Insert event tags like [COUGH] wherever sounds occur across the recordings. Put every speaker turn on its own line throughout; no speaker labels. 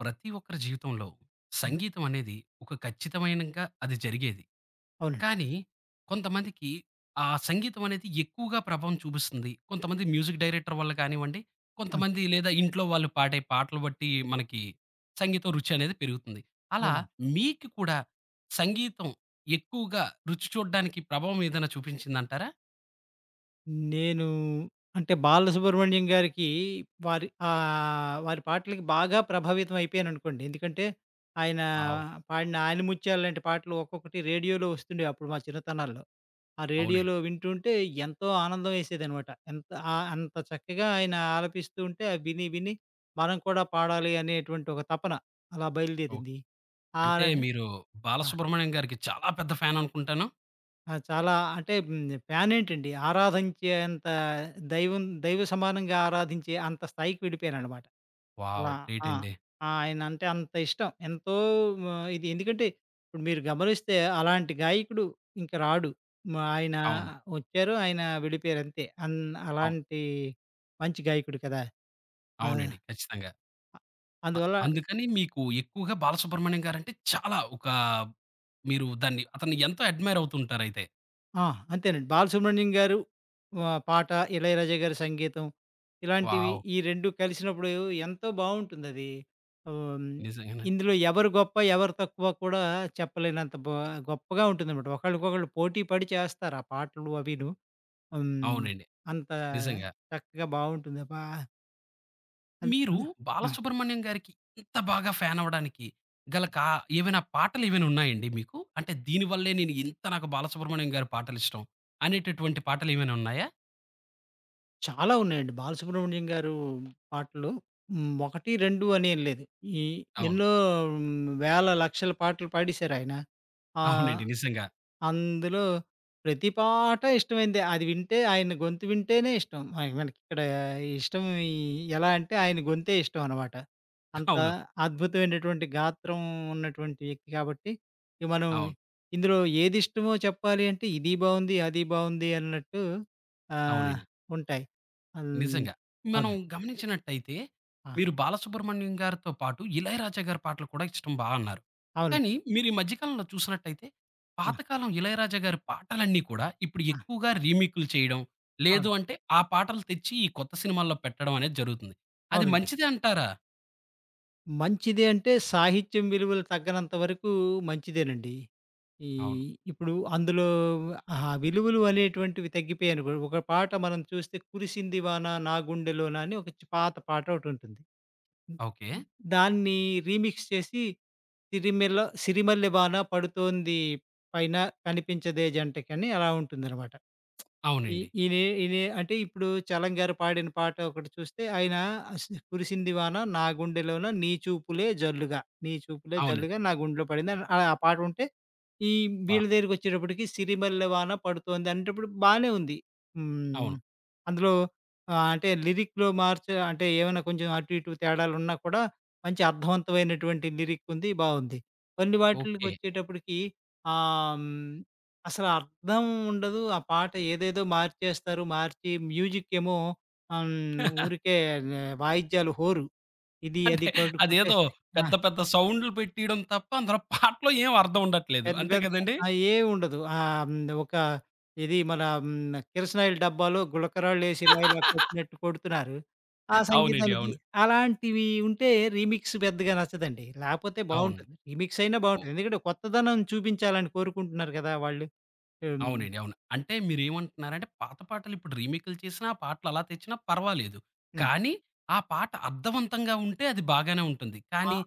ప్రతి ఒక్కరి జీవితంలో
ఆ!
సంగీతం అనేది ఒక ఖచ్చితమైనంగా అది జరిగేది.
అవునండి.
కానీ కొంతమందికి ఆ సంగీతం అనేది ఎక్కువగా ప్రభావం చూపిస్తుంది. కొంతమంది మ్యూజిక్ డైరెక్టర్ వల్ల కానివ్వండి,
అవును.
కొంతమంది లేదా ఇంట్లో వాళ్ళు పాడే పాటలు బట్టి మనకి సంగీతం రుచి అనేది పెరుగుతుంది. అలా
అవునండి.
మీకు కూడా సంగీతం ఎక్కువగా రుచి చూడడానికి ప్రభావం ఏదైనా చూపించిందంటారా?
నేను అంటే బాలసుబ్రహ్మణ్యం గారికి వారి పాటలకి బాగా ప్రభావితం అయిపోయాననుకోండి. ఎందుకంటే ఆయన
వావ్!
పాడిన 'ఆయన ముత్యాలు' లాంటి పాటలు ఒక్కొక్కటి రేడియోలో వస్తుండేవి అప్పుడు మా చిన్నతనాల్లో. ఆ రేడియోలో
అవునండి.
వింటుంటే ఎంతో ఆనందం వేసేదనమాట. ఎంత అంత చక్కగా ఆయన ఆలపిస్తూ ఉంటే అవి విని విని మనం కూడా పాడాలి అనేటువంటి ఒక తపన అలా
ఓకే.
బయలుదేరింది. ఆ
అంటే
రక
మీరు
ఆ!
బాలసుబ్రహ్మణ్యం గారికి చాలా పెద్ద ఫ్యాన్ అనుకుంటాను.
ఆ! చాలా అంటే ఫ్యాన్ ఏంటండి, ఆరాధించేంత, దైవ సమానంగా ఆరాధించే అంత స్థాయికి వెళ్ళిపోయాననమాట.
వావ్!
అలా
గ్రేట్
ఆ!
అండి.
ఆయనంటే అంత ఇష్టం. ఎంతో ఇది ఎందుకంటే ఇప్పుడు మీరు గమనిస్తే అలాంటి గాయకుడు ఇంక రాడు. మా ఆయన
అవును.
వచ్చారు. ఆయన వెళ్ళిపోయారు అంతే.
అవు
అలాంటి మంచి గాయకుడు కదా! ఆ!
అవునండి. ఖచ్చితంగా. అ
అందువల్ల
అందుకని మీకు ఎక్కువగా బాలసుబ్రహ్మణ్యం గారంటే చాలా ఒక మీరు దాన్ని అతన్ని ఎంతో అడ్మైర్ అవుతుంటారయితే.
ఆ! అంతేనండి. బాలసుబ్రహ్మణ్యం గారు పాట, ఇళయరాజా గారి సంగీతం ఇలాంటివి
వావ్!
ఈ 2 కలిసినప్పుడు ఎంతో బావుంటుందది. హ్మ్.
నిజంగానండి.
ఇందులో ఎవరు గొప్ప, ఎవరు తక్కువ కూడా చెప్పలేనంత బా గొప్పగా ఉంటుందనమాట. ఒకళ్ళకొకళ్ళు పోటీ పడి చేస్తారు ఆ పాటలు అవిను. హ్మ్.
అవునండి.
అంత
నిజంగా.
చక్కగా బావుంటుంది. ఆ పా అన్
మీరు
అందు ఆ!
బాలసుబ్రహ్మణ్యం గారికి ఇంత బాగా ఫ్యాన్ అవ్వడానికి గల కా ఏవైనా పాటలేవైనా ఉన్నాయండి మీకు? అంటే దీని వల్లే నేను ఇంత నాకు బాలసుబ్రహ్మణ్యం గారి పాటలిష్టం అనేటటువంటి పాటలేమైనా ఉన్నాయా?
చాలా ఉన్నాయండి. 'బాలసుబ్రహ్మణ్యం' గారు పాటలు 1, 2 అని ఏం లేదు. ఈ
అవును.
ఎన్నో వేల లక్షల పాటలు పాడేశారాయన. ఆహ్,
అవునండి. నిజంగా.
అందులో ప్రతి పాట ఇష్టమైందే. అది వింటే, ఆయన గొంతు వింటేనే ఇష్టం. మనకిక్కడ ఇష్టం ఈ ఎలా అంటే ఆయన గొంతే ఇష్టం అనమాట. అంత
అవును.
అద్భుతమైనటువంటి గాత్రం ఉన్నటువంటి వ్యక్తి కాబట్టి, ఇక మనం
అవును.
ఇందులో ఏది ఇష్టమో చెప్పాలి అంటే, ఇది బావుంది, అది బావుంది అన్నట్టు ఆహ్,
అవునండి.
ఉంటాయి. హ్మ్.
నిజంగా. మనం
అవునండి.
గమనించినట్టయితే,
ఆ!
మీరు 'బాలసుబ్రహ్మణ్యం' గారితో పాటు 'ఇళయరాజా' గారి పాటలు కూడా ఇష్టం బా అన్నారు.
అవును.
కానీ మీరు ఈ మధ్య కాలంలో చూసినట్టయితే,
ఆ!
పాతకాలం 'ఇళయరాజా' గారి పాటలన్నీ కూడా ఇప్పుడు
ఆ!
ఎక్కువగా రీమేకులు చేయడం, లేదు
అవును.
అంటే ఆ పాటలు తెచ్చి ఈ కొత్త సినిమాల్లో పెట్టడం అనేది జరుగుతుంది. అది
అవునండి.
మంచిదే అంటారా?
మంచిదే అంటే, సాహిత్యం విలువలు తగ్గనంత వరకు మంచిదేనండి. ఈ
అవును.
ఇప్పుడు అందులో ఆ విలువలు అనేటువంటివి తగ్గిపోయాయనుకో, ఒక పాట మనం చూస్తే 'కురిసింది వాన నా గుండెలోన' అని ఒక చి పాత పాట ఒకటుంటుంది.
ఓకే.
దాన్ని రీమిక్స్ చేసి 'సిరిమెల్ల 'సిరిమల్లె వాన పడుతోంది, పైన కనిపించదే జంటకని' అలా ఉంటుందనమాట. ఈ
అవునండి.
ఈనే ఈనే అంటే ఇప్పుడు 'చలం' గారు పాడిన పాట ఒకటి చూస్తే ఆయన అస్ కురిసింది వాన నా గుండెలోన, నీ చూపులే జల్లుగా, నీ చూపులే
అవునండి.
జల్లుగా నా గుండెలో పడింది అని ఆ ఆ పాట ఉంటే, ఈ వీళ్ళ
వాహ్!
దగ్గరికొచ్చేటప్పటికి సిరిమల్లె వాన పడుతోంది అనేటప్పుడు బానే ఉంది. హ్మ్.
అవును.
అందులో ఆహ్, అంటే లిరిక్‌లో మార్చ అంటే ఏమైనా కొంచెం అటు ఇటు తేడాలున్నా కూడా మంచి అర్థవంతమైనటువంటి లిరిక్ ఉంది, బావుంది. కొన్ని
ఓకే.
వాటిలకొచ్చేటప్పటికి ఆహ్, హ్మ్. అసలు అర్థం ఉండదు. ఆ పాట ఏదేదో మార్చేస్తారు. మార్చి మ్యూజిక్ ఏమో ఆహ్, హ్మ్.
[LAUGHS]
ఊరికే ఆ, వాయిద్యాలు హోరు. ఇది అది
అంటే అదేదో
కొట్టేస్తే ఆ!
పెద్ద పెద్ద సౌండ్‌లు పెట్టియడం తప్ప అందులో పాటలో ఏం అర్థం ఉండట్లేదు.
పెద్ద
అంతే
పెద్ద
కదండీ?
ఆ! ఏముండదు. ఆహ్, హ్మ్. ఒక ఇది మన హ్మ్. కిరసనాయిల డబ్బాలో గులకరాళ్ళేసి ఇలా ఇలా
[LAUGHS]
కొట్టినట్టు కొడుతున్నారు. ఆ
అవునండి.
సంగీతానికి
అవును.
అలాంటివి ఉంటే రీమిక్స్ పెద్దగా నచ్చదండి. లేకపోతే
అవును.
బావుంటుంది. రీమిక్స్ అయినా
ఓహ్!
బావుంటుంది. ఎందుకంటే కొత్తదనం చూపించాలని కోరుకుంటున్నారు కదా వాళ్ళు. హ్మ్.
అవునండి. అవును. అంటే మీరేమంటున్నారంటే పాత పాటలు ఇప్పుడు రీమేక్‌లు చేసినా, ఆ పాటలు అలా తెచ్చినా పర్వాలేదు.
హ్మ్.
కానీ ఆ పాట అర్థవంతంగా ఉంటే అది బాగానే ఉంటుంది.
ఆ!
కానీ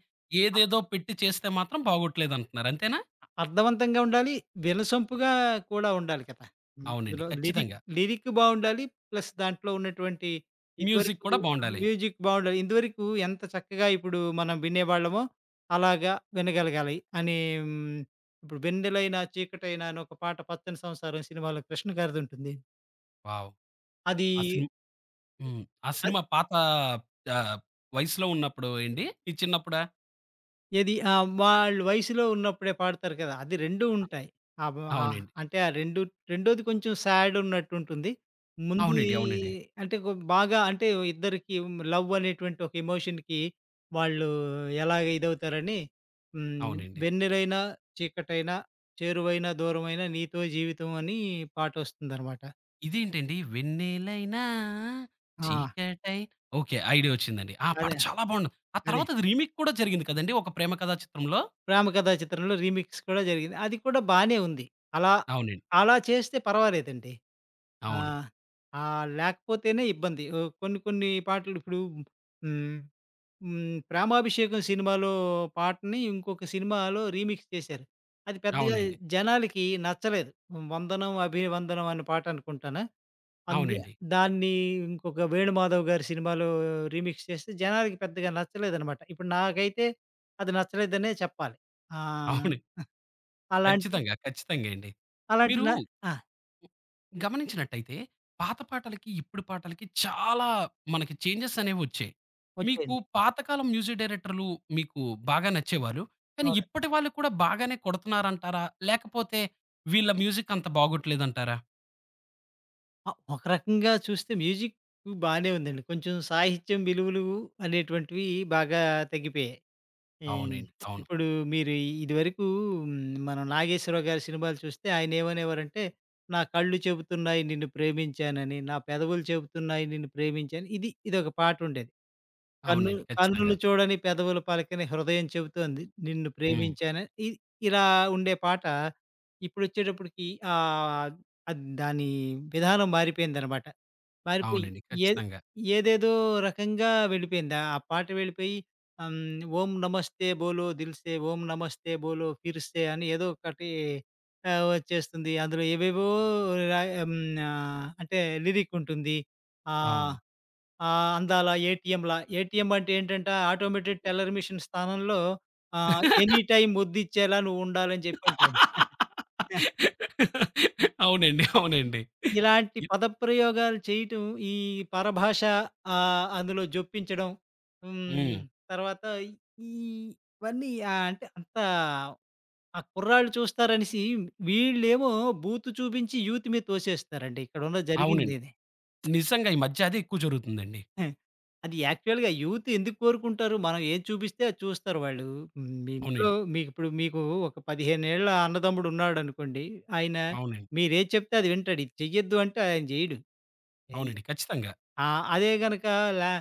ఏదేదో పెట్టి చేస్తే మాత్రం బాగోట్లేదంటున్నారు. అంతేనా?
అర్థవంతంగా ఉండాలి. వినసొంపుగా కూడా ఉండాలి కదా!
అవునండి.
అందులో లిరిక్
ఖచ్చితంగా.
లిరిక్ బావుండాలి. ప్లస్ దాంట్లో ఉన్నటువంటి
మ్యూజిక్
ఇదివరకు
కూడా బావుండాలి.
మ్యూజిక్ బావుండాలి. ఇదివరకు ఎంత చక్కగా ఇప్పుడు మనం వినేవాళ్ళమో అలాగా వినగలగాలి అని. హ్మ్, ఇప్పుడు 'వెన్నెలైన చీకటైన' అని ఒక పాట 'పచ్చని సంసారం' సినిమాలో కృష్ణ గారిదుంటుంది.
వావ్!
అది
ఆ సినిమా హ్మ్. ఆ
అ
సినిమా పాత ఆహ్, వయసులో ఉన్నప్పుడు అండి? మీ చిన్నప్పుడా?
ఏది? వాళ్ళు వయసులో ఉన్నప్పుడే పాడతారు కదా! అది 2 ఉంటాయి. ఆబ్ ఆ! హ్మ్.
అవునండి.
అంటే ఆ 2, రెండోది కొంచెం సాడ్ ఉన్నట్టుంటుంది. ముందుది
అవునండి. అవునండి.
అంటే కొ బాగా అంటే ఇద్దరికీ లవ్ అనేటువంటి ఒక ఎమోషన్‌కి వాళ్ళు ఎలాగ ఇదవుతారని. హ్మ్.
అవునండి.
"వెన్నెలైనా, చీకటైనా, చేరువైనా, దూరమైనా నీతో జీవితం" అని పాటొస్తుందనమాట.
ఇదేంటండి? 'వెన్నెలైనా
ఆ!
చీకటై' ఓకే. ఐడియా వచ్చిందండి. ఆ పాట
అదే.
చాలా బావుంటుంది. ఆ
అదే.
తర్వాత అది రీమేక్ కూడా జరిగింది కదండీ! ఒక ప్రేమ కథా చిత్రంలో.
'ప్రేమకథా చిత్రంలో' రీమిక్స్ కూడా జరిగింది. అది కూడా బానే ఉంది. అలా
అవునండి.
అలా చేస్తే పర్వాలేదండి. ఆ!
అవును.
ఆ! లేకపోతేనే ఇబ్బంది. ఓహ్, కొన్ని కొన్ని పాటలు ఇప్పుడు హ్మ్, హ్మ్, 'ప్రేమాభిషేకం' సినిమాలో పాటని ఇంకొక సినిమాలో రీమిక్స్ చేశారు. అది పెద్దగా
అవునండి.
జనాలకి నచ్చలేదు. 'వందనం అభివందనం' అనే పాట అనుకుంటాను. అందు
అవునండి.
దాన్ని ఇంకొక వేణుమాధవ్ గారి సినిమాలో రీమిక్స్ చేస్తే జనాలకి పెద్దగా నచ్చలేదనమాట. ఇప్పుడు నాకైతే అది నచ్చలేదనే చెప్పాలి. ఆ!
అవును.
అలాంటి
ఖచ్చితంగా. ఖచ్చితంగా అండి.
అలాంటి
మీరు
న ఆ!
గమనించినట్టయితే పాత పాటలకి, ఇప్పుడు పాటలకి చాలా మనకి చేంజెస్ అనేవొచ్చాయి. మీకు
వచ్చేయండి.
పాతకాలం మ్యూజిక్ డైరెక్టర్లు మీకు బాగా నచ్చేవారు. కానీ
అవును.
ఇప్పటి వాళ్ళు కూడా బాగానే కొడుతున్నారంటారా? లేకపోతే వీళ్ళ మ్యూజిక్ అంత బాగోట్లేదంటారా?
ఒక రకంగా చూస్తే మ్యూజిక్ బానే ఉందండి. కొంచెం సాహిత్యం విలువలు అనేటువంటివి బాగా తగ్గిపోయాయి. హ్మ్.
అవునండి. అవును.
ఇప్పుడు మీరు ఇదివరకు, హ్మ్, మనం నాగేశ్వరరావు గారి సినిమాలు చూస్తే ఆయన ఏమనేవారంటే, "నా కళ్ళు చెబుతున్నాయి నిన్ను ప్రేమించానని, నా పెదవులు చెబుతున్నాయి నిన్ను ప్రేమించాను" ఇదొక పాట ఉండేది. "కన్ను
అవునండి. ఖచ్చితంగా.
కన్నులు చూడని, పెదవులు పలకని హృదయం చెబుతోంది నిన్ను
హ్మ్.
ప్రేమించానని" ఇలా ఉండే పాట ఇప్పుడు వచ్చేటప్పటికి ఆహ్, దాని విధానం మారిపోయిందనమాట. పారిపోయి
అవునండి.
ఏది
ఖచ్చితంగా.
ఏదేదో రకంగా వెళ్ళిపోయింది. ఆ ఆ పాట వెళ్ళిపోయి ఆహ్, హ్మ్. 'ఓం నమస్తే బోలో దిల్‌సే, ఓం నమస్తే బోలో ఫిర్‌సే' అని ఏదో ఒకటి వచ్చేస్తుంది. అందులో ఏవేవో రా హ్మ్. ఆహ్, అంటే లిరిక్ ఉంటుంది. అవును. ఆహ్,
అవును.
ఆహ్, అందాల ఏటీఎంలా, ఏటీఎం అంటే ఏంటంటే ఆటోమేటెడ్ టెల్లర్ మిషన్ స్థానంలో ఎనీ టైమ్ ముద్దిచ్చేలా నువ్వు ఉండాలని చెప్పి అంటాడు.
అవునండి. అవునండి.
ఇలాంటి
ఇ
పదప్రయోగాలు చేయటం, ఈ పరభాష అందులో జొప్పించడం.
హ్మ్.
హ్మ్. తర్వాత ఈ ఇవన్నీ ఆహ్, అంటే అంత ఆ కుర్రాళ్ళు చూస్తారనేసి వీళ్ళేమో బూతు చూపించి యూత్ మీద తోసేస్తారండి. ఇక్కడున్న
అవునండి.
జరిగిందిది.
నిజంగా ఈ మధ్య అదే ఎక్కువ జరుగుతుందండి.
అది యాక్చువల్‌గా యూత్ ఎందుకు కోరుకుంటారు? మనం ఏది చూపిస్తే అది చూస్తారు వాళ్ళు. హ్మ్. మీ ఇంట్లో
అవునండి.
మీకిప్పుడు ఒక 15 ఏళ్ల అన్నదమ్ముడున్నాడనుకోండి. ఆయన
అవునండి.
మీరేది చెప్తే అది వింటాడు. ఇది చెయ్యొద్దు అంటే ఆయన జేయడు.
అవునండి. ఖచ్చితంగా.
ఆ! అదే గనక లా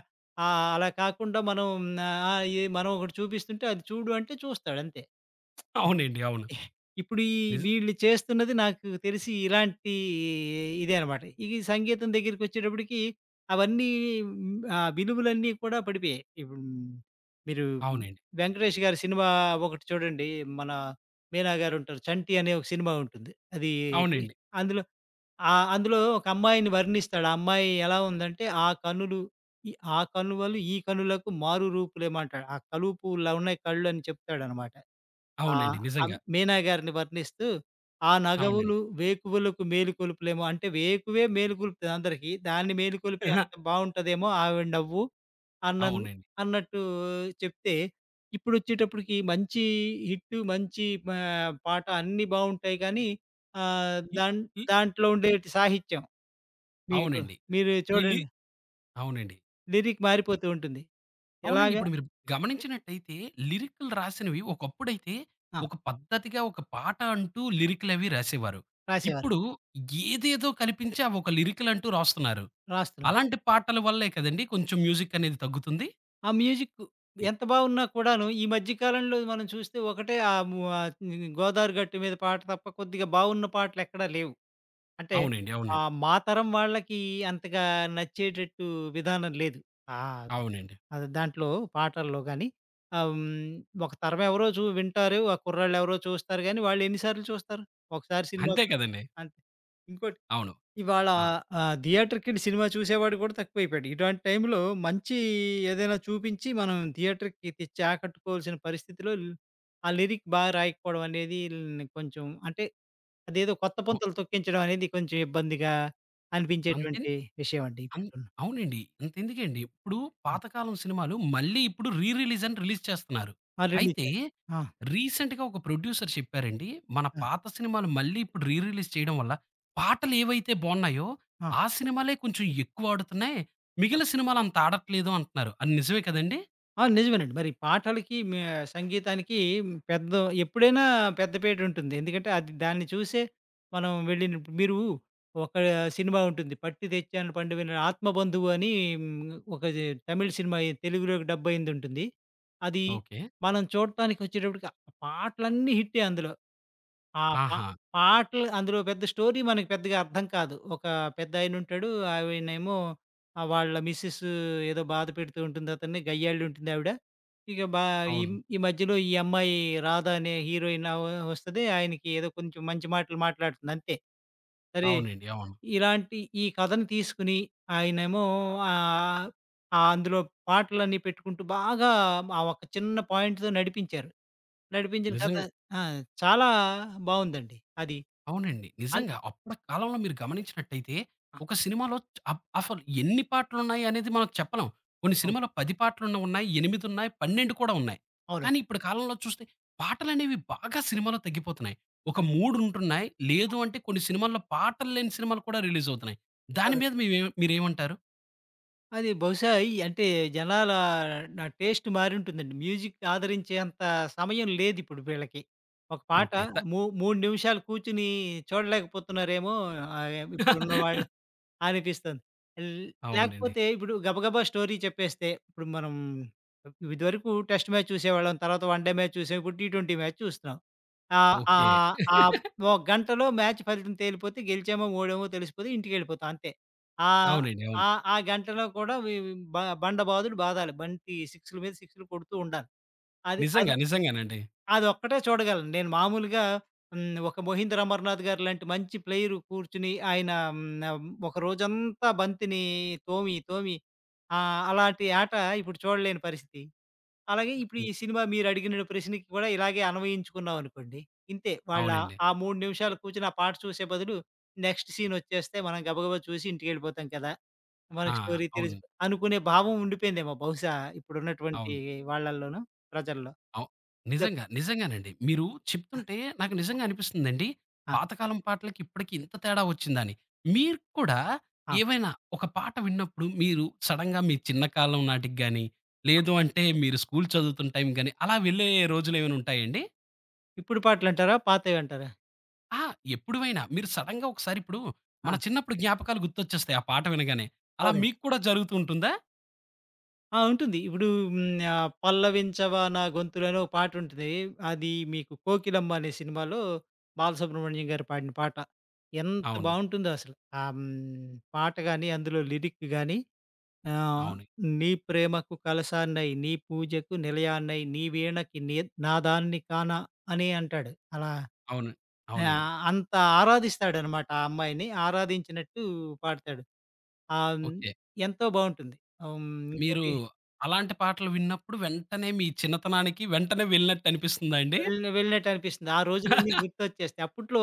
అలా కాకుండా మనం ఆహ్, ఏ మనం ఒకటి చూపిస్తుంటే అది చూడు అంటే చూస్తాడు అంతే.
అవునండి. అవును.
ఇప్పుడు
నిజ
వీళ్ళు చేస్తున్నది నాకు తెలిసి ఇలాంటి ఇదే అనమాట. ఇది సంగీతం దగ్గరికొచ్చేటప్పటికి అవన్నీ ఆ విలువలన్నీ కూడా పడిపోయాయి. ఇప్పుడు మీరు
అవునండి.
'వెంకటేష్' గారి సినిమా ఒకటి చూడండి. మన మీనా గారుంటారు. 'చంటి' అనే ఒక సినిమా ఉంటుంది. అది
అవునండి.
అందులో ఆ! అందులో ఒక అమ్మాయిని వర్ణిస్తాడు. ఆ అమ్మాయి ఎలా ఉందంటే, ఈ ఆ కనువలు ఈ కనులకు మారు రూపులేమో" అంటాడు. ఆ కలువ పువ్వులా ఉన్నాయి కళ్ళు అని చెప్తాడనమాట. ఆహ్,
అవునండి.
అం
నిజంగా.
మీనా గారిని వర్ణిస్తూ, "ఆ
అవునండి.
నగవులు వేకువలకు మేలుకొలుపులేమో" అంటే వేకువే మేలుకొలుపుతది అందరికీ. దాన్ని మేలుకొలిపి
[LAUGHS]
అంత బావుంటదేమో ఆవిడ నవ్వు. అన్నన్
అవునండి.
అన్నట్టు చెప్తే, ఇప్పుడొచ్చేటప్పటికి మంచి హిట్టు, మంచి మా పాట అన్నీ బావుంటాయి కానీ, ఆహ్,
ఈ
దాన్
ఈ
దాంట్లో
ఈ
ఉండేటి సాహిత్యం, మీరు
అవునండి.
మీరు
ఈ లి
చూడండి,
అవునండి.
లిరిక్ మారిపోతూ ఉంటుంది.
అవునండి.
ఎలాగా
ఇప్పుడు మీరు గమనించినట్టయితే లిరిక్‌లు రాసినవి ఒకప్పుడైతే
ఆ!
ఒక పద్ధతిగా ఒక పాట అంటూ లిరిక్‌లవి రాసేవారు.
రాసేవారు.
ఇప్పుడు ఏదేదో కల్పించి అవి ఒక లిరిక్‌లంటూ రాస్తున్నారు.
రాస్తున్నారు.
అలాంటి పాటల వల్లే కదండీ కొంచెం మ్యూజిక్ అనేది తగ్గుతుంది.
ఆ మ్యూజిక్ ఎంత బావున్నా కూడాను ఈ మధ్య కాలంలో మనం చూస్తే ఒకటే 'గోదావరి గట్టు మీద' పాట తప్ప కొద్దిగా బావున్న పాటలెక్కడా లేవు. అంటే
అవునండి. అవునండి.
మా తరం వాళ్ళకి అంతగా నచ్చేటట్టు విధానం లేదు. ఆహ్,
అవునండి.
దాంట్లో పాటల్లో గాని. ఆహ్, హ్మ్. ఒక తరం ఎవరో వింటారు. ఆ కుర్రాళ్ళెవరో చూస్తారు గానీ, వాళ్ళు ఎన్ని సార్లు చూస్తారు? ఒకసారి సినిమా
అంతే కదండీ.
చూస్తారు. అంతే. ఇంకోటి,
అవును.
ఇవాళ
ఆ!
థియేటర్‌కెళ్ళి సినిమా చూసేవాడు కూడా తక్కువైపోయాడు. ఇటువంటి టైంలో మంచి ఏదైనా చూపించి మనం థియేటర్‌కి తెచ్చి ఆకట్టుకోవాల్సిన పరిస్థితిలో ఆ లిరిక్ బాగా రాయకపోవడం అనేది కొంచెం అంటే అదేదో కొత్త
అవ్
పుంతలు తొక్కించడం అనేది కొంచెం ఇబ్బందిగా
అంతే
అనిపించేటువంటి విషయం అండి.
అన్
ఇప్పుడున్న
అవునండి. అంతెందుకండి. ఇప్పుడు
హ్మ్.
పాతకాలం సినిమాలు మళ్ళీ ఇప్పుడు రీ రిలీజ్ అని రిలీజ్ చేస్తున్నారు.
ఆ! 2
అయితే
ఇచ్చారు. ఆ!
రీసెంట్‌గా ఒక ప్రొడ్యూసర్ చెప్పారండి. మన
ఆ!
పాత సినిమాలు మళ్ళీ ఇప్పుడు రీ రిలీజ్ చేయడం వల్ల పాటలు ఏవైతే బావున్నాయో
ఆ!
ఆ సినిమాలే కొంచెం ఎక్కువ ఆడుతున్నాయి.
ఆ!
మిగిలిన సినిమాలు అంత ఆడట్లేదు అంటున్నారు. అది నిజమే కదండీ!
ఆ! నిజమేనండి. మరి పాటలకి, సంగీతానికి పెద్ద, ఎప్పుడైనా పెద్దపేట ఉంటుంది. ఎందుకంటే అది దాన్ని చూసే మనం వెళ్ళినప్పుడు, మీరు ఒక సినిమా ఉంటుంది, 'పట్టి తెచ్చాను పండు విన' 'ఆత్మబంధువు' అని, ఒక జె తమిళ్ సినిమా తెలుగులోకి డబ్ అయింది ఉంటుంది. అది
ఓకే.
మనం చూడటానికి వచ్చేటప్పటికి ఆ పాటలన్నీ హిట్టే అందులో. ఆ! పా
ఆహా!
పాటలు అందులో, పెద్ద స్టోరీ మనకి పెద్దగా అర్థం కాదు. ఒక పెద్దాయనుంటాడు. ఆయనేమో వాళ్ళ మిసెస్ ఏదో బాధ పెడుతూ ఉంటుంది అతన్ని. గయ్యాళుంటుంది ఆవిడ. ఇక బా ఈ
అవును.
ఈ మధ్యలో ఈ అమ్మాయి, రాధ అనే హీరోయిన్ వస్తది. ఆయనకి ఏదో కొంచెం మంచి మాటలు మాట్లాడుతుంది అంతే. సరే,
అవునండి. అవును.
ఇలాంటి ఈ కథను తీసుకొని ఆయనేమో ఆహ్, ఆహ్, అందులో పాటలన్నీ పెట్టుకుంటూ బాగా ఆ ఒక్క చిన్న పాయింట్‌తో నడిపించారు. నడిపించిన కథ
నిజంగా
ఆ! చాలా బావుందండి అది.
అవునండి.
అన్
నిజంగా. అప్పటి కాలంలో మీరు గమనించినట్టయితే,
ఆ!
ఒక సినిమాలో చ్ అప్ అసలు ఎన్ని పాటలున్నాయి అనేది మనం చెప్పలేం. కొన్ని
అవును.
సినిమాలో 10 పాటలున్న ఉన్నాయి, 8 ఉన్నాయి, 12 కూడా ఉన్నాయి.
అవును.
కానీ ఇప్పుడు కాలంలో చూస్తే పాటలనేవి బాగా సినిమాలో తగ్గిపోతున్నాయి. ఒక
అద్
3 ఉంటున్నాయి. లేదు అంటే కొన్ని సినిమాల్లో పాటలు లేని సినిమాలు కూడా రిలీజ్ అవుతున్నాయి. దాని
అవును.
మీద మీవే మీరేమంటారు?
అది బహుశా ఈ అంటే జనాల టేస్ట్ మారుంటుందండి. మ్యూజిక్ ఆదరించేంత సమయం లేదిప్పుడు వీళ్ళకి. ఒక పాట
ఓకే. త
3 నిమిషాలు కూర్చొని చూడలేకపోతున్నారేమో ఆహ్, ఇప్పుడున్న వాళ్ళ
[LAUGHS]
అనిపిస్తుంది. ల్
అవునండి.
లేకపోతే ఇప్పుడు గబగబా స్టోరీ చెప్పేస్తే, ఇప్పుడు మనం ఇదివరకు టెస్ట్ మ్యాచ్ చూసేవాళ్ళం. తర్వాత వన్ డే మ్యాచ్ చూసాం. ఇప్పుడు టీ20 మ్యాచ్ చూస్తున్నాం. ఆహ్,
ఓకే.
ఆహ్, ఆహ్, ఒక గంటలో మ్యాచ్ ఫలితం తేలిపోతే, గెలిచామో, ఓడామో తెలిసిపోతే, ఇంటికెళ్ళిపోతాం అంతే. ఆహ్,
అవునండి. అవును.
ఆ ఆ గంటలో కూడా వి వి- బండ బాదుడు బాదాలి. బంతి సిక్స్‌ల మీద సిక్స్‌లు కొడుతూ ఉండాలి. అది అది
నిజంగా. నిజంగానండి.
అదొక్కటే చూడగలను. నేను మామూలుగా ఒక 'మోహింద్ర అమర్‌నాథ్' గారు లాంటి మంచి ప్లేయరు కూర్చుని ఆయన ఒక రోజంతా బంతిని తోమి అలాంటి ఆట ఇప్పుడు చూడలేని పరిస్థితి. అలాగే ఇప్పుడు
హ్మ్.
ఈ సినిమా మీరడిగిన ప్రశ్నకి కూడా ఇలాగే అన్వయించుకున్నామనుకోండి. ఇంతే వాళ్ళ
అవునండి.
ఆ 3 నిమిషాలు కూర్చొని ఆ పాట చూసే బదులు, నెక్స్ట్ సీనొచ్చేస్తే మనం గబగబా చూసి ఇంటికెళ్ళిపోతాం కదా!
ఆ!
మనకి స్టోరీ తెలిసి
అవును.
అనుకునే భావం ఉండిపోయిందేమో బహుశా ఇప్పుడున్నటువంటి
అవును.
వాళ్ళల్లోనూ ప్రజల్లో.
అవ్
ఇదొ
నిజంగా. నిజంగానండి. మీరు చెప్తుంటే నాకు నిజంగా అనిపిస్తుందండి.
ఆ!
పాతకాలం పాటలకి ఇప్పటికి ఇంత తేడా వచ్చిందని. మీరు కూడా
ఆ!
ఏవైనా ఒక పాట విన్నప్పుడు మీరు సడెన్‌గా మీ చిన్న కాలం నాటికి గాని, లేదు అంటే మీరు స్కూల్ చదువుతున్న టైం గాని, అలా వెళ్ళే రోజులేమైనా ఉంటాయండి?
ఇప్పుడు పాటలంటారా? పాతయంటారా?
ఆ! ఎప్పుడువైనా మీరు సడెన్‌గా ఒకసారి ఇప్పుడు
ఆ!
మన చిన్నప్పుడు జ్ఞాపకాలు గుర్తొచ్చేస్తాయి ఆ పాట వినగానే. అలా
అవునండి.
మీకు కూడా జరుగుతూ ఉంటుందా?
ఉంటుంది. ఇప్పుడు 'పల్లవించవా నా గొంతులో' అని ఒక పాటుంటది. అది మీకు 'కోకిలమ్మ' అనే సినిమాలో బాలసుబ్రహ్మణ్యం గారు పాడిన పాట. ఎంత
అవును.
బావుంటుందో అసలు. ఆహ్, హ్మ్. పాట గాని, అందులో లిరిక్ గాని. ఆహ్,
అవును.
నీ ప్రేమకు కలశాన్నై, నీ పూజకు నిలయాన్నై, నీ వీణకి నాదాన్ని కానా అని అంటాడు.
అవును. అవునండి.
అంత ఆరాధిస్తాడనమాట ఆ అమ్మాయిని. ఆరాధించినట్టు పాడతాడు. ఆ! హ్మ్.
ఓకే.
ఎంతో బావుంటుంది. హ్మ్.
మీరు
ఇంకోటి,
అలాంటి పాటలు విన్నప్పుడు వెంటనే మీ చిన్నతనానికి వెంటనే వెళ్ళినట్టు అనిపిస్తుందా అండి?
వెళ్ళినట్టు అనిపిస్తుంది. ఆ రోజులన్నీ గుర్తొచ్చేస్తాయి. అప్పట్లో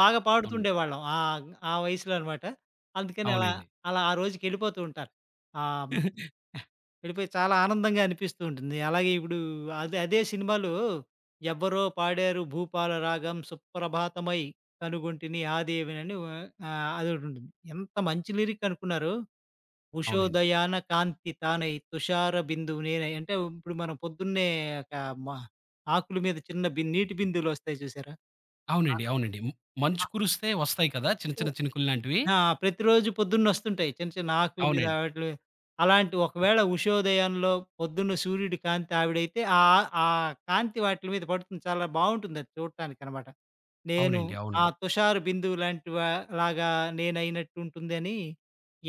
బాగా
అవును.
పాడుతుండేవాళ్ళం. ఆ వయసులో అనమాట. అందుకని
అవునండి.
అలా ఆ రోజుకెళ్ళిపోతూ ఉంటారు. ఆహ్, వెళ్ళిపోయి చాలా ఆనందంగా అనిపిస్తూ ఉంటుంది. అలాగే ఇప్పుడు అదే సినిమాలో ఎవ్వరో పాడారు, భూపాల రాగం సుప్రభాతమై కనుగొంటిని ఆదేవినని. అదొకటుంటుంది. ఎంత మంచి లిరిక్ అనుకున్నారు.
అవునండి.
ఉషోదయాన కాంతి తానై తుషార బిందువు నేనై అంటే ఇప్పుడు మనం పొద్దున్నే ఒక మ ఆకుల మీద చిన్న నీటి బిందువులొస్తాయి చూసారా? ఆ!
అవునండి. అవునండి. మ్ మంచు
ఆ!
కురిస్తే వస్తాయి కదా! చిన్న చిన్న
ఓహ్!
చినుకులు లాంటివి.
ఆ! ప్రతిరోజు పొద్దున్నొస్తుంటాయి. చిన్న చిన్న ఆకుల మీద
అవునండి.
వాటిల మీద. అలాంటి
అ
ఒకవేళ ఉషోదయంలో పొద్దున్న సూర్యుడి కాంతి ఆవిడైతే ఆ కాంతి వాటిల మీద పడుతుంది. చాలా బావుంటుందది చూడటానికనమాట. నేను
అవునండి. అవును.
ఆ 'తుషార్ బిందువు' లాంటి వా లాగా నేనైనట్టుంటుందని,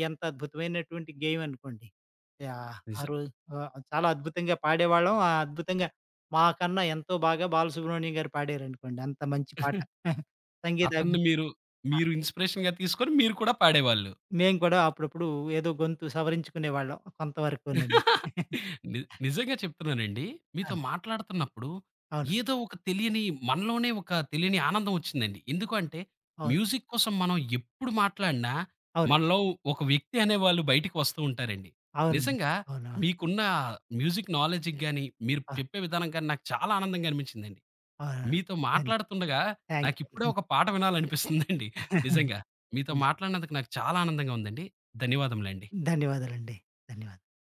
ఎంత అద్భుతమైనటువంటి గేమ్ అనుకోండి. యాహ్! ఆ
నిజ
రోజు చాలా అద్భుతంగా పాడేవాళ్ళం. అద్భుతంగా, మాకన్నా ఎంతో బాగా బాలసుబ్రహ్మణ్యం గారు పాడారనుకోండి. అంత మంచి పాట. [LAUGHS] సంగీత అభి
అతన్ని మీరు, మీరు ఇన్‌స్పిరేషన్‌గా తీసుకొని మీరు కూడా పాడేవాళ్ళు.
మేము కూడా అప్పుడప్పుడు ఏదో గొంతు సవరించుకునేవాళ్ళం కొంతవరకునండి. [LAUGHS]
ని నిజంగా చెప్తున్నానండి.
ఆ!
మీతో మాట్లాడుతున్నప్పుడు
అవును.
ఏదో ఒక తెలియని మనలోనే ఒక తెలియని ఆనందం వచ్చిందండి. ఎందుకు అంటే
అవును.
మ్యూజిక్ కోసం మనం ఎప్పుడు మాట్లాడినా
అవునండి.
మనలో ఒక వ్యక్తి అనేవాళ్ళు బయటికి వస్తూ ఉంటారండి.
అవునండి.
నిజంగా
అవునా!
మీకున్న మ్యూజిక్ నాలెడ్జ్‌కి గాని, మీరు
ఆ!
చెప్పే విధానం గాని నాకు చాలా ఆనందంగా అనిపించిందండి.
అవునా!
మీతో
ధన్య
మాట్లాడుతుండగా
థాంక్
నాకిప్పుడే
యూ.
ఒక పాట వినాలనిపిస్తుందండి
ధన్ [LAUGHS]
నిజంగా. మీతో మాట్లాడినందుకు నాకు చాలా ఆనందంగా ఉందండి. ధన్యవాదములండి.
ధన్యవాదాలండి. ధన్యవాదాలు.